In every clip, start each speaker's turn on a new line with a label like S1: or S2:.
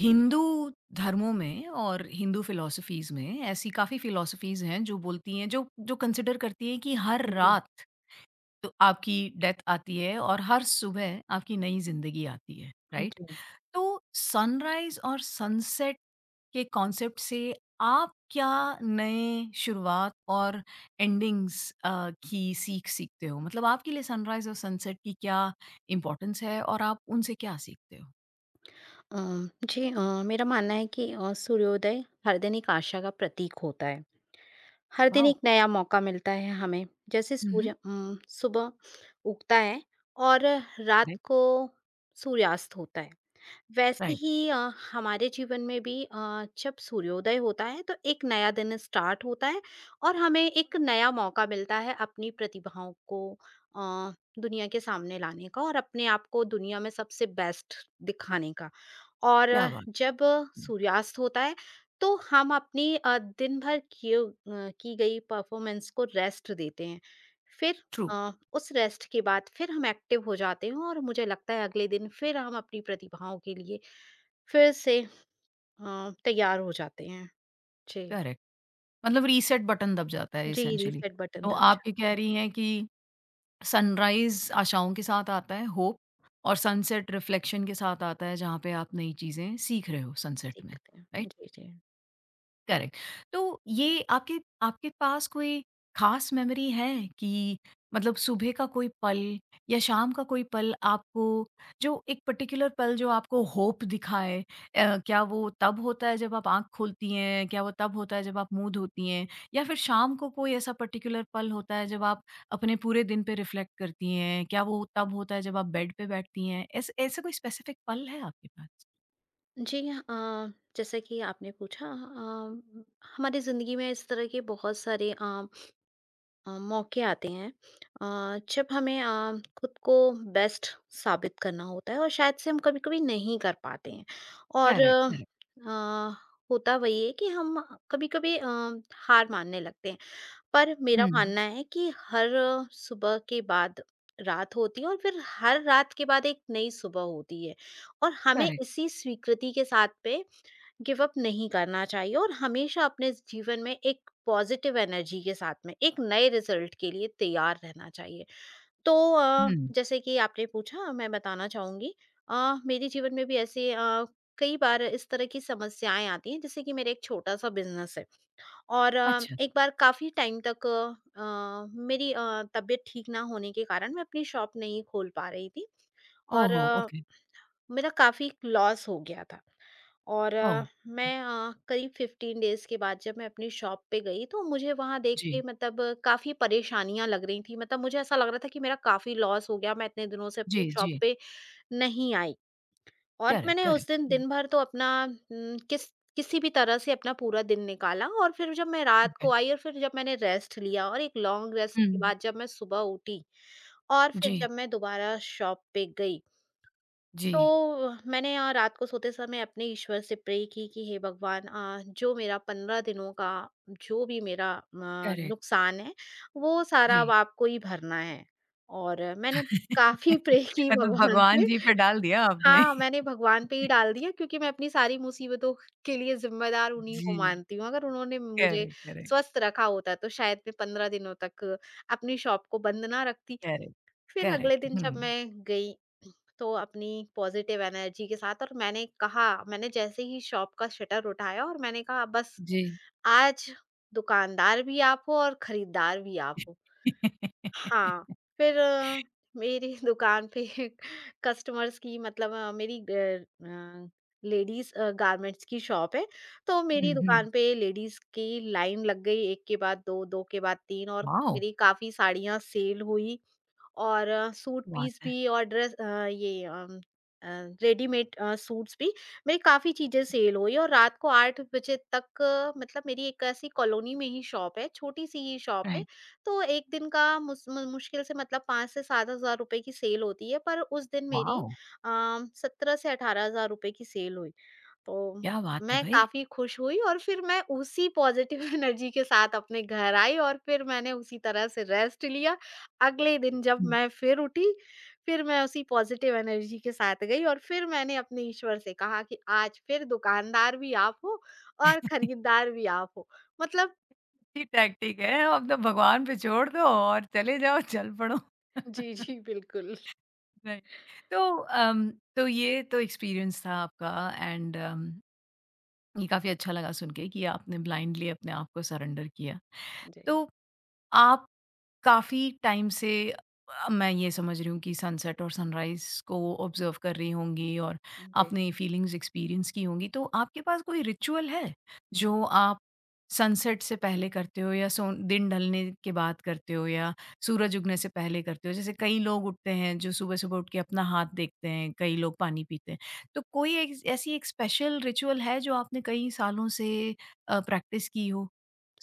S1: हिंदू धर्मों में और हिंदू फिलॉसफीज में ऐसी काफ़ी फिलॉसफीज हैं जो बोलती हैं जो जो कंसिडर करती हैं कि हर
S2: जी,
S1: रात तो आपकी डेथ आती है और हर सुबह आपकी नई ज़िंदगी आती है, राइट?
S2: जी।
S1: तो सनराइज़ और सनसेट के कॉन्सेप्ट से आप क्या नए शुरुआत और एंडिंग्स की सीख सीखते हो? मतलब आपके लिए सनराइज़ और सनसेट की क्या इम्पोर्टेंस है और आप उनसे क्या सीखते हो?
S2: अ, जी अ, मेरा मानना है कि सूर्योदय हर दिन एक आशा का प्रतीक होता है। हर दिन
S1: वॉव!
S2: एक नया मौका मिलता है हमें। जैसे
S1: हुँ, हुँ।
S2: सूर्य सुबह उगता है और रात
S1: राइट,
S2: को सूर्यास्त होता है। वैसे
S1: राइट।
S2: ही हमारे जीवन में भी जब सूर्योदय होता है तो एक नया दिन स्टार्ट होता है और हमें एक नया मौका मिलता है अपनी प्रतिभाओं को अ, दुनिया के सामने लाने का और अपने आप को दुनिया में सबसे बेस्ट दिखाने का। और
S1: क्या
S2: अ,
S1: बात
S2: जब अ,
S1: है!
S2: सूर्यास्त होता है तो हम अपनी दिन भर की गई परफॉर्मेंस को रेस्ट देते हैं। फिर
S1: ट्रू,
S2: उस रेस्ट के बाद फिर हम एक्टिव हो जाते हैं और मुझे लगता है अगले दिन फिर हम अपनी प्रतिभाओं के लिए फिर से तैयार हो जाते हैं। जी,
S1: करेक्ट। मतलब रीसेट बटन दब जाता है
S2: जी,
S1: एसेंशियली।
S2: रीसेट बटन
S1: तो
S2: दब
S1: आप ये
S2: जाते
S1: कह
S2: हैं,
S1: रही हैं कि सनराइज़ आशाओं के साथ आता है होप, और सनसेट रिफ्लेक्शन के साथ आता है जहाँ पे आप नई चीज़ें सीख रहे हो सनसेट में,
S2: सीखते हैं।
S1: राइट?
S2: जी, जी।
S1: करेक्ट। तो ये आपके आपके पास कोई खास मेमोरी है कि मतलब सुबह का कोई पल या शाम का कोई पल आपको, जो एक पर्टिकुलर पल जो आपको होप दिखाए, क्या वो तब होता है जब आप आँख खोलती हैं? क्या वो तब होता है जब आप मुँह धोती हैं? या फिर शाम को कोई ऐसा पर्टिकुलर पल होता है जब आप अपने पूरे दिन पे रिफ्लेक्ट करती हैं? क्या वो तब होता है जब आप बेड पे बैठती हैं? ऐसे, ऐसा कोई स्पेसिफिक पल है आपके पास?
S2: जी, जैसा कि आपने पूछा, हमारी ज़िंदगी में इस तरह के बहुत सारे मौके आते हैं अ, जब हमें खुद को बेस्ट साबित करना होता है और शायद से हम कभी कभी नहीं कर पाते हैं। और
S1: करेक्ट, करेक्ट।
S2: अ, होता वही है कि हम कभी कभी हार मानने लगते हैं। पर मेरा
S1: हुँ।
S2: मानना है कि हर सुबह के बाद रात होती है और फिर हर रात के बाद एक नई सुबह होती है और हमें
S1: करेक्ट,
S2: इसी स्वीकृति के साथ पे गिव अप नहीं करना चाहिए और हमेशा अपने जीवन में एक पॉजिटिव एनर्जी के साथ में एक नए रिजल्ट के लिए तैयार रहना चाहिए। तो
S1: हुँ।
S2: जैसे कि आपने पूछा, मैं बताना चाहूंगी, मेरे जीवन में भी ऐसे कई बार इस तरह की समस्याएं आती हैं। जैसे कि मेरा एक छोटा सा बिजनेस है और
S1: अच्छा।
S2: एक बार काफी टाइम तक मेरी तबीयत ठीक ना होने के कारण मैं अपनी शॉप नहीं खोल पा रही थी। और
S1: ओहो! ओके।
S2: मेरा काफ़ी लॉस हो गया था। और
S1: ओह!
S2: अ,
S1: जी,
S2: मैं अ, करीब 15 डेज़ के बाद जब मैं अपनी शॉप पे गई तो मुझे वहाँ देख के
S1: जी,
S2: मतलब काफ़ी परेशानियाँ लग रही थी। मतलब मुझे ऐसा लग रहा था कि मेरा काफ़ी लॉस हो गया, मैं इतने दिनों से अपनी
S1: जी,
S2: शॉप
S1: जी।
S2: पे नहीं आई। और
S1: करेक्ट,
S2: मैंने
S1: करेक्ट।
S2: उस दिन
S1: हुँ,
S2: दिन भर तो अपना किसी भी तरह से अपना पूरा दिन निकाला और फिर जब मैं रात
S1: ओके।
S2: को आई और फिर जब मैंने रेस्ट लिया और एक लॉन्ग रेस्ट के
S1: हुँ।
S2: बाद जब मैं सुबह उठी और फिर
S1: जी,
S2: जब मैं दोबारा शॉप पे गई
S1: जी।
S2: तो मैंने रात को सोते समय अपने ईश्वर से प्रे की कि हे भगवान, जो मेरा 15 दिनों का जो भी मेरा
S1: करेक्ट।
S2: नुकसान है, वो सारा अब
S1: जी।
S2: आपको ही भरना है। और मैंने काफ़ी प्रे की
S1: मतलब
S2: भगवान
S1: भगवान
S2: से।
S1: जी पे डाल दिया आपने।
S2: हाँ, मैंने भगवान पे ही डाल दिया क्योंकि मैं अपनी सारी मुसीबतों के लिए ज़िम्मेदार उन्हीं
S1: जी।
S2: को मानती हूँ। अगर उन्होंने मुझे
S1: करेक्ट, करेक्ट,
S2: स्वस्थ रखा होता तो शायद मैं 15 दिनों तक अपनी शॉप को बंद ना रखती।
S1: करेक्ट,
S2: फिर
S1: करेक्ट।
S2: अगले दिन जब
S1: हुँ।
S2: मैं गई तो अपनी पॉजिटिव एनर्जी के साथ, और मैंने कहा, मैंने जैसे ही शॉप का शटर उठाया और मैंने कहा बस
S1: जी।
S2: आज दुकानदार भी आप हो और खरीदार भी आप हो। हाँ, फिर मेरी दुकान पे कस्टमर्स की, मतलब मेरी लेडीज गारमेंट्स की शॉप है, तो मेरी
S1: हुँ, हुँ।
S2: दुकान पे लेडीज की लाइन लग गई, एक के बाद दो, दो के बाद तीन, और
S1: वॉव!
S2: मेरी काफी साड़ियां सेल हुई और सूट
S1: बात
S2: पीस
S1: है।
S2: भी और ड्रेस अ, ये अम, अ, रेडीमेड सूट्स भी, मेरी काफ़ी चीज़ें सेल हुई। और रात को 8 बजे तक, मतलब मेरी एक ऐसी कॉलोनी में ही शॉप है, छोटी सी ही शॉप है।
S1: राइट।
S2: तो एक दिन का मुस मु मुश्किल से, मतलब 5 से 7 हज़ार रुपए की सेल होती है, पर उस दिन मेरी
S1: वॉव!
S2: अ, 17 से 18 हज़ार रुपए की सेल हुई। तो
S1: क्या बात है
S2: मैं
S1: भई।
S2: काफ़ी खुश हुई और फिर मैं उसी पॉज़िटिव एनर्जी के साथ अपने घर आई और फिर मैंने उसी तरह से रेस्ट लिया। अगले दिन जब
S1: हुँ।
S2: मैं फिर उठी, फिर मैं उसी पॉज़िटिव एनर्जी के साथ गई और फिर मैंने अपने ईश्वर से कहा कि आज फिर दुकानदार भी आप हो और
S1: अच्छी
S2: खरीदार भी आप हो। मतलब
S1: टैक्टिक है, अब तो भगवान पे छोड़ दो और चले जाओ, चल पड़ो।
S2: जी, जी, बिल्कुल।
S1: राइट। तो अम, तो ये तो एक्सपीरियंस था आपका, एंड ये काफ़ी अच्छा लगा सुन के कि आपने ब्लाइंडली अपने आप को सरेंडर किया।
S2: जी,
S1: तो आप काफ़ी टाइम से, मैं ये समझ रही हूँ कि सनसेट और सनराइज़ को ऑब्ज़र्व कर रही होंगी और
S2: जी।
S1: आपने फीलिंग्स एक्सपीरियंस की होंगी। तो आपके पास कोई रिचुअल है, जो आप सनसेट से पहले करते हो या सोन दिन ढलने के बाद करते हो या सूरज उगने से पहले करते हो? जैसे कई लोग उठते हैं जो सुबह-सुबह उठ के अपना हाथ देखते हैं, कई लोग पानी पीते हैं। तो कोई एक ऐसी एक स्पेशल रिचुअल है जो आपने कई सालों से, प्रैक्टिस की हो,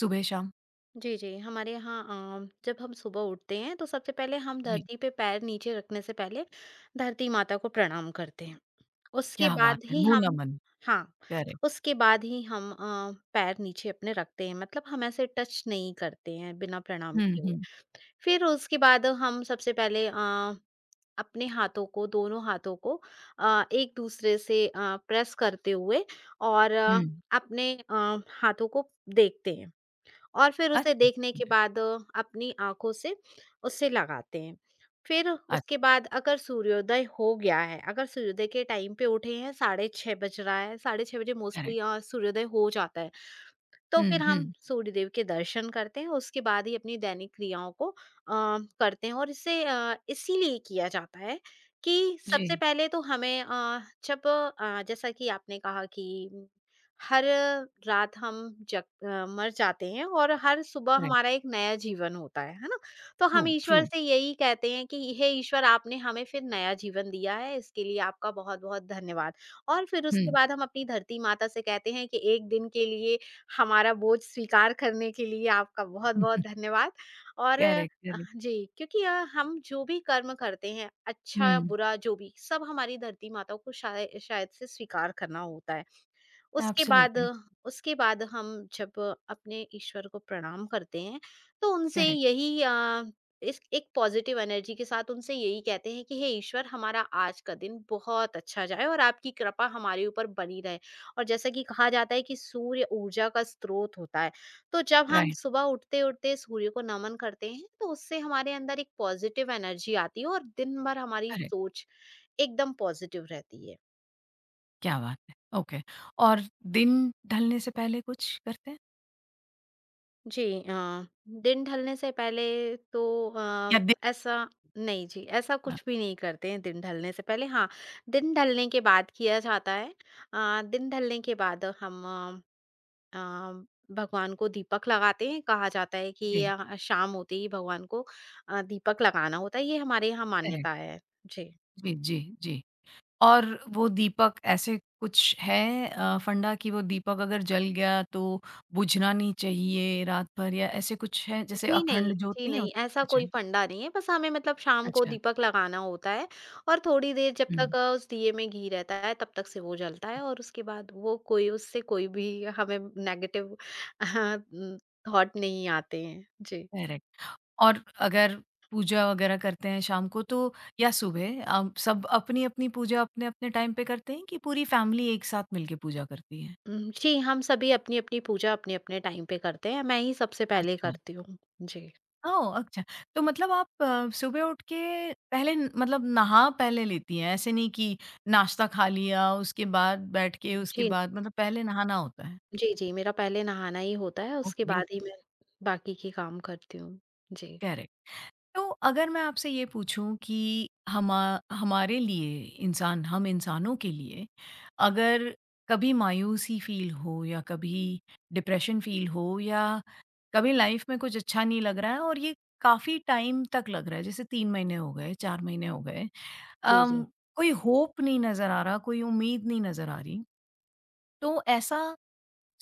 S1: सुबह-शाम?
S2: जी, जी। हमारे यहाँ जब हम सुबह उठते हैं तो सबसे पहले हम
S1: जी,
S2: धरती पे पैर नीचे रखने से पहले धरती माता को प्रणाम करते हैं। उसके
S1: क्या बात
S2: बाद
S1: है!
S2: ही
S1: भूना
S2: हम,
S1: मन।
S2: हाँ,
S1: करेक्ट।
S2: उसके बाद ही हम पैर नीचे अपने रखते हैं, मतलब हम ऐसे टच नहीं करते हैं बिना प्रणाम
S1: हुँ,
S2: किए हुए।
S1: हुँ,
S2: फिर उसके बाद हम सबसे पहले अपने हाथों को, दोनों हाथों को एक दूसरे से प्रेस करते हुए और
S1: हुँ।
S2: अपने हाथों को देखते हैं। और फिर उसे
S1: अच्छा,
S2: देखने के बाद अपनी आँखों से उसे लगाते हैं। फिर उसके
S1: अच्छा,
S2: बाद अगर सूर्योदय हो गया है, अगर सूर्योदय के टाइम पे उठे हैं, साढ़े 6 बज रहा है, साढ़े 6 बजे
S1: करेक्ट।
S2: मोस्टली सूर्योदय हो जाता है। तो
S1: हुँ,
S2: फिर हम
S1: हुँ।
S2: सूर्यदेव के दर्शन करते हैं, उसके बाद ही अपनी दैनिक क्रियाओं को करते हैं। और इसे इसीलिए किया जाता है कि सबसे
S1: जी,
S2: पहले तो हमें, जैसा कि आपने कहा कि हर रात हम मर जाते हैं और हर सुबह
S1: करेक्ट,
S2: हमारा एक नया जीवन होता है ना? तो
S1: ट्रू,
S2: हम ईश्वर
S1: ट्रू।
S2: से यही कहते हैं कि हे ईश्वर, आपने हमें फिर नया जीवन दिया है, इसके लिए आपका बहुत-बहुत धन्यवाद। और फिर उसके
S1: हुँ।
S2: बाद हम अपनी धरती माता से कहते हैं कि एक दिन के लिए हमारा बोझ स्वीकार करने के लिए आपका बहुत-बहुत धन्यवाद। और
S1: करेक्ट, करेक्ट।
S2: जी, क्योंकि हम जो भी कर्म करते हैं, अच्छा,
S1: हुँ,
S2: बुरा जो भी, सब हमारी धरती माता को शायद से स्वीकार करना होता है। उसके बाद
S1: एब्सोल्युटली
S2: उसके बाद हम जब अपने ईश्वर को प्रणाम करते हैं तो उनसे
S1: करेक्ट,
S2: यही इस एक पॉजिटिव एनर्जी के साथ उनसे यही कहते हैं कि हे ईश्वर, हमारा आज का दिन बहुत अच्छा जाए और आपकी कृपा हमारे ऊपर बनी रहे। और जैसा कि कहा जाता है कि सूर्य ऊर्जा का स्रोत होता है, तो जब हम
S1: राइट,
S2: सुबह उठते उठते सूर्य को नमन करते हैं तो उससे हमारे अंदर एक पॉजिटिव एनर्जी आती है और दिन भर हमारी
S1: करेक्ट,
S2: सोच एकदम पॉजिटिव रहती है।
S1: क्या बात है! ओके। और दिन ढलने से पहले कुछ करते हैं?
S2: जी, दिन ढलने से पहले तो
S1: या दिन
S2: ऐसा नहीं जी, ऐसा
S1: हाँ,
S2: कुछ भी नहीं करते हैं दिन ढलने से पहले। हाँ, दिन ढलने के बाद किया जाता है। दिन ढलने के बाद हम अ, भगवान को दीपक लगाते हैं। कहा जाता है कि ये
S1: जी,
S2: शाम होते ही भगवान को दीपक लगाना होता है। ये हमारे यहाँ
S1: करेक्ट,
S2: मान्यता है। जी।
S1: जी, जी, जी। और वो दीपक ऐसे कुछ है, फंडा कि वो दीपक अगर जल गया तो बुझना नहीं चाहिए रात भर, या ऐसे कुछ है जैसे
S2: जी नहीं,
S1: अखंड जोत
S2: जी
S1: नहीं
S2: नहीं,
S1: होती?
S2: ऐसा
S1: अच्छा,
S2: कोई फंडा नहीं है, बस हमें, मतलब शाम को
S1: अच्छा,
S2: दीपक लगाना होता है और थोड़ी देर, जब तक
S1: हुँ।
S2: उस दिए में घी रहता है, तब तक से वो जलता है और उसके बाद वो कोई, उससे कोई भी हमें नेगेटिव, हाँ, थॉट नहीं आते हैं। जी।
S1: करेक्ट। और अगर पूजा वगैरह करते हैं शाम को, तो या सुबह, सब अपनी-अपनी पूजा अपने-अपने टाइम पे करते हैं कि पूरी फैमिली एक साथ मिलके पूजा करती है?
S2: जी, हम सभी अपनी-अपनी पूजा अपने-अपने टाइम पे करते हैं, मैं ही सबसे पहले
S1: अच्छा।
S2: करती हूँ। जी।
S1: ओह! अच्छा। तो मतलब आप सुबह उठ के पहले मतलब नहा पहले लेती हैं, ऐसे नहीं कि नाश्ता खा लिया उसके बाद बैठ के, उसके
S2: जी,
S1: बाद मतलब पहले नहाना होता है?
S2: जी, जी, मेरा पहले नहाना ही होता है,
S1: ओह
S2: उसके
S1: ग्रेट!
S2: बाद ही मैं बाकी के काम करती हूँ। जी।
S1: करेक्ट। तो अगर मैं आपसे ये पूछूं कि हमारे लिए इंसान, हम इंसानों के लिए, अगर कभी मायूसी फील हो या कभी डिप्रेशन फील हो या कभी लाइफ में कुछ अच्छा नहीं लग रहा है और ये काफ़ी टाइम तक लग रहा है, जैसे 3 महीने हो गए, 4 महीने हो गए
S2: जी,
S1: अम,
S2: जी।
S1: कोई होप नहीं नज़र आ रहा, कोई उम्मीद नहीं नज़र आ रही, तो ऐसा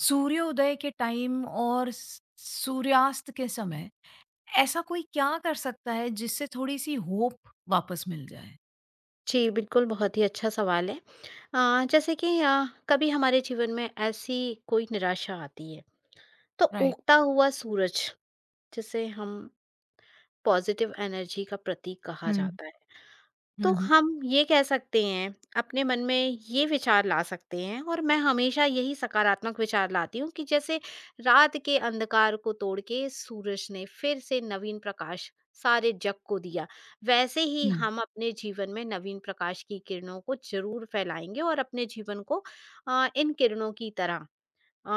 S1: सूर्योदय के टाइम और सूर्यास्त के समय ऐसा कोई क्या कर सकता है जिससे थोड़ी-सी होप वापस मिल जाए?
S2: जी, बिल्कुल, बहुत ही अच्छा सवाल है। हाँ, जैसे कि कभी हमारे जीवन में ऐसी कोई निराशा आती है, तो
S1: राइट।
S2: उगता हुआ सूरज, जिसे हम पॉजिटिव एनर्जी का प्रतीक कहा
S1: हुँ,
S2: जाता है।
S1: हुँ,
S2: तो
S1: हुँ,
S2: हम ये कह सकते हैं, अपने मन में ये विचार ला सकते हैं और मैं हमेशा यही सकारात्मक विचार लाती हूँ कि जैसे रात के अंधकार को तोड़ के सूरज ने फिर से नवीन प्रकाश सारे जग को दिया, वैसे ही
S1: हुँ।
S2: हम अपने जीवन में नवीन प्रकाश की किरणों को ज़रूर फैलाएँगे और अपने जीवन को इन किरणों की तरह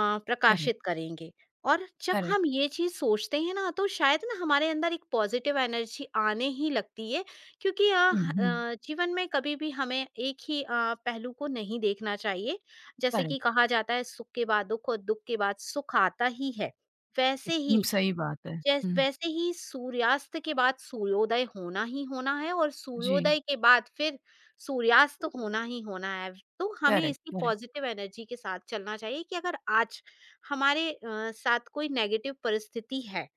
S1: करेक्ट,
S2: प्रकाशित करेंगे। और जब
S1: करेक्ट।
S2: हम ये चीज़ सोचते हैं ना तो शायद ना हमारे अंदर एक पॉजिटिव एनर्जी आने ही लगती है, क्योंकि
S1: हुँ, हुँ,
S2: जीवन में कभी भी हमें एक ही पहलू को नहीं देखना चाहिए। जैसे कि
S1: करेक्ट।
S2: कहा जाता है, सुख के बाद दुख और दुख के बाद सुख आता ही है, वैसे
S1: कितनी
S2: ही
S1: सही बात है।
S2: जैस
S1: हुँ,
S2: वैसे ही सूर्यास्त के बाद सूर्योदय होना ही होना है और
S1: जी,
S2: सूर्योदय के बाद फिर सूर्यास्त होना ही होना है। तो हमें
S1: करेक्ट,
S2: इसी
S1: करेक्ट।
S2: पॉज़िटिव एनर्जी के साथ चलना चाहिए कि अगर आज हमारे साथ कोई नेगेटिव परिस्थिति है,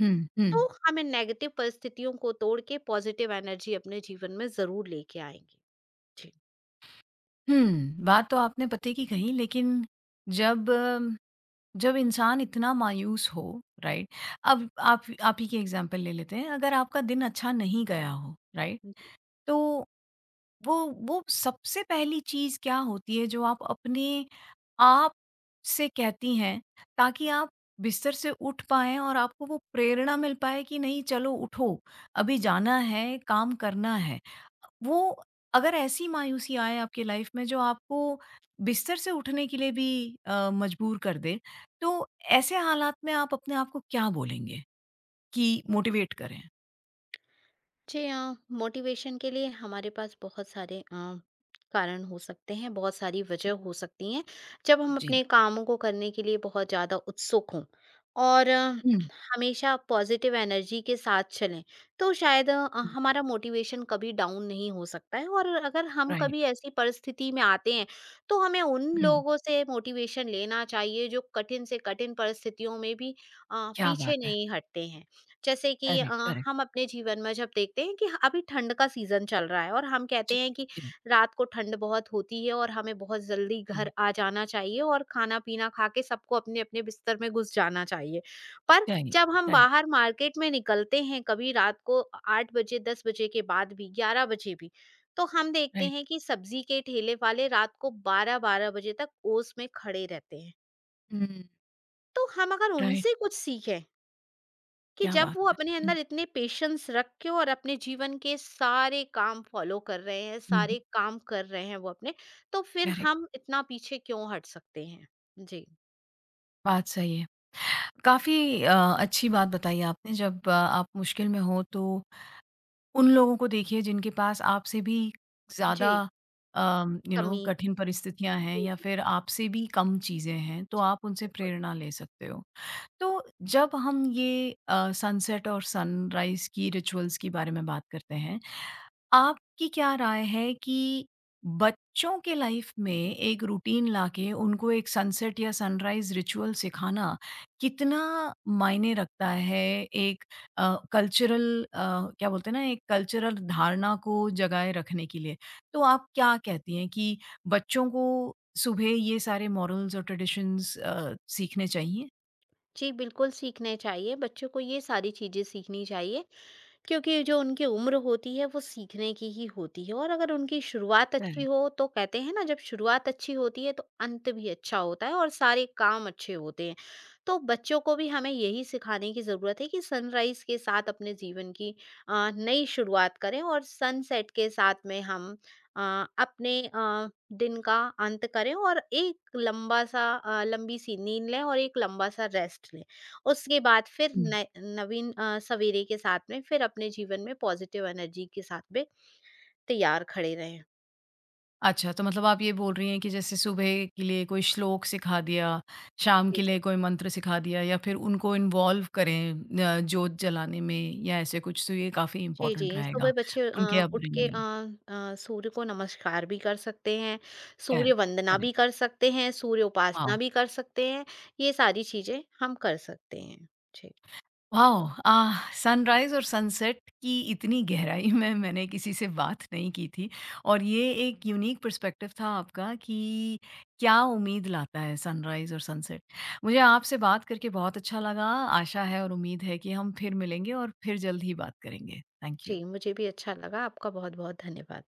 S1: हुँ,
S2: तो
S1: हुँ,
S2: हमें नेगेटिव परिस्थितियों को तोड़ के पॉज़िटिव एनर्जी अपने जीवन में ज़रूर लेके आएँगे।
S1: हुँ, बात तो आपने पते की कही, लेकिन जब, जब इंसान इतना मायूस हो, राइट? अब आप ही की एग्ज़ाम्पल ले लेते हैं, अगर आपका दिन अच्छा नहीं गया हो, राइट?
S2: जी।
S1: तो वो, सबसे पहली चीज़ क्या होती है जो आप अपने आप से कहती हैं, ताकि आप बिस्तर से उठ पाएँ और आपको वो प्रेरणा मिल पाए कि नहीं चलो उठो, अभी जाना है, काम करना है। वो, अगर ऐसी मायूसी आए आपकी लाइफ में जो आपको बिस्तर से उठने के लिए भी, मजबूर कर दे, तो ऐसे हालात में आप अपने आप को क्या बोलेंगे कि मोटिवेट करें?
S2: जी हाँ, मोटिवेशन के लिए हमारे पास बहुत सारे कारण हो सकते हैं, बहुत सारी वजह हो सकती हैं। जब हम
S1: जी।
S2: अपने कामों को करने के लिए बहुत ज़्यादा उत्सुक हों और
S1: हुँ,
S2: हमेशा पॉजिटिव एनर्जी के साथ चलें तो शायद
S1: हुँ।
S2: हमारा मोटिवेशन कभी डाउन नहीं हो सकता है। और अगर हम
S1: राइट,
S2: कभी ऐसी परिस्थिति में आते हैं तो हमें उन
S1: हुँ,
S2: लोगों से मोटिवेशन लेना चाहिए जो कठिन से कठिन परिस्थितियों में भी
S1: क्या बात
S2: पीछे
S1: है!
S2: नहीं हटते हैं। जैसे कि
S1: करेक्ट, करेक्ट।
S2: हम अपने जीवन में जब देखते हैं कि अभी ठंड का सीजन चल रहा है और हम
S1: जी,
S2: कहते हैं कि
S1: जी,
S2: रात को ठंड बहुत होती है और हमें बहुत जल्दी
S1: जी।
S2: घर आ जाना चाहिए और खाना पीना खा के सबको अपने अपने बिस्तर में घुस जाना चाहिए, पर
S1: राइट,
S2: जब हम
S1: राइट,
S2: बाहर मार्केट में निकलते हैं कभी रात को 8 बजे 10 बजे के बाद भी, 11 बजे भी, तो हम देखते
S1: राइट,
S2: हैं कि सब्जी के ठेले वाले रात को 12 12 बजे तक ओस में खड़े रहते हैं।
S1: हुँ।
S2: तो हम अगर
S1: राइट।
S2: उनसे कुछ सीखें कि
S1: क्या
S2: जब
S1: बात
S2: वो
S1: है!
S2: अपने
S1: हुँ,
S2: अंदर इतने पेशेंस रख के और अपने जीवन के सारे काम फॉलो कर रहे हैं,
S1: हुँ,
S2: सारे काम कर रहे हैं वो अपने, तो फिर
S1: करेक्ट,
S2: हम इतना पीछे क्यों हट सकते हैं? जी,
S1: बात सही है। काफ़ी, अच्छी बात बताई आपने, जब, आप मुश्किल में हो तो उन लोगों को देखिए जिनके पास आपसे भी ज़्यादा
S2: जी,
S1: अम, यू नो
S2: कमी
S1: कठिन परिस्थितियाँ हैं
S2: जी,
S1: या
S2: जी,
S1: फिर आपसे भी कम चीज़ें हैं, तो
S2: जी,
S1: आप उनसे
S2: बिल्कुल।
S1: प्रेरणा ले सकते हो। तो जब हम ये, सनसेट और सनराइज़ की रिचुअल्स के बारे में बात करते हैं, आपकी क्या राय है कि बच्चों के लाइफ में एक रूटीन लाके उनको एक सनसेट या सनराइज रिचुअल सिखाना कितना मायने रखता है, एक कल्चरल क्या बोलते हैं ना, एक कल्चरल धारणा को जगाए रखने के लिए। तो आप क्या कहती हैं कि बच्चों को सुबह ये सारे मॉरल्स और ट्रेडिशंस, सीखने चाहिए?
S2: जी, बिल्कुल सीखने चाहिए, बच्चों को ये सारी चीज़ें सीखनी चाहिए, क्योंकि जो उनकी उम्र होती है वो सीखने की ही होती है और अगर उनकी शुरुआत अच्छी
S1: करेक्ट।
S2: हो तो कहते हैं ना, जब शुरुआत अच्छी होती है तो अंत भी अच्छा होता है और सारे काम अच्छे होते हैं। तो बच्चों को भी हमें यही सिखाने की ज़रूरत है कि सनराइज के साथ अपने जीवन की नई शुरुआत करें और सनसेट के साथ में हम अपने दिन का अंत करें और एक लंबा सा लंबी सी नींद लें और एक लंबा सा रेस्ट लें, उसके बाद फिर न नवीन सवेरे के साथ में फिर अपने जीवन में पॉज़िटिव एनर्जी के साथ में तैयार खड़े रहें।
S1: अच्छा, तो मतलब आप ये बोल रही हैं कि जैसे सुबह के लिए कोई श्लोक सिखा दिया, शाम
S2: जी,
S1: के
S2: जी।
S1: लिए कोई मंत्र सिखा दिया, या फिर उनको इन्वॉल्व करें, जोत जलाने में या ऐसे कुछ, तो ये काफ़ी
S2: जी,
S1: इम्पोर्टेंट
S2: जी।
S1: रहेगा
S2: सुबह बच्चे
S1: उनके
S2: उठ के
S1: अपब्रिंगिंग।
S2: सूर्य को नमस्कार भी कर सकते हैं, सूर्य
S1: करेक्ट,
S2: वंदना भी
S1: करेक्ट।
S2: कर सकते हैं, सूर्य उपासना
S1: हाँ।
S2: भी कर सकते हैं, ये सारी चीज़ें हम कर सकते हैं। जी।
S1: वाओ! आह! सनराइज़ और सनसेट की इतनी गहराई में मैंने किसी से बात नहीं की थी, और ये एक यूनिक पर्सपेक्टिव था आपका कि क्या उम्मीद लाता है सनराइज़ और सनसेट। मुझे आपसे बात करके बहुत अच्छा लगा, आशा है और उम्मीद है कि हम फिर मिलेंगे और फिर जल्द ही बात करेंगे। थैंक
S2: जी,
S1: यू।
S2: मुझे भी अच्छा लगा। आपका बहुत-बहुत धन्यवाद।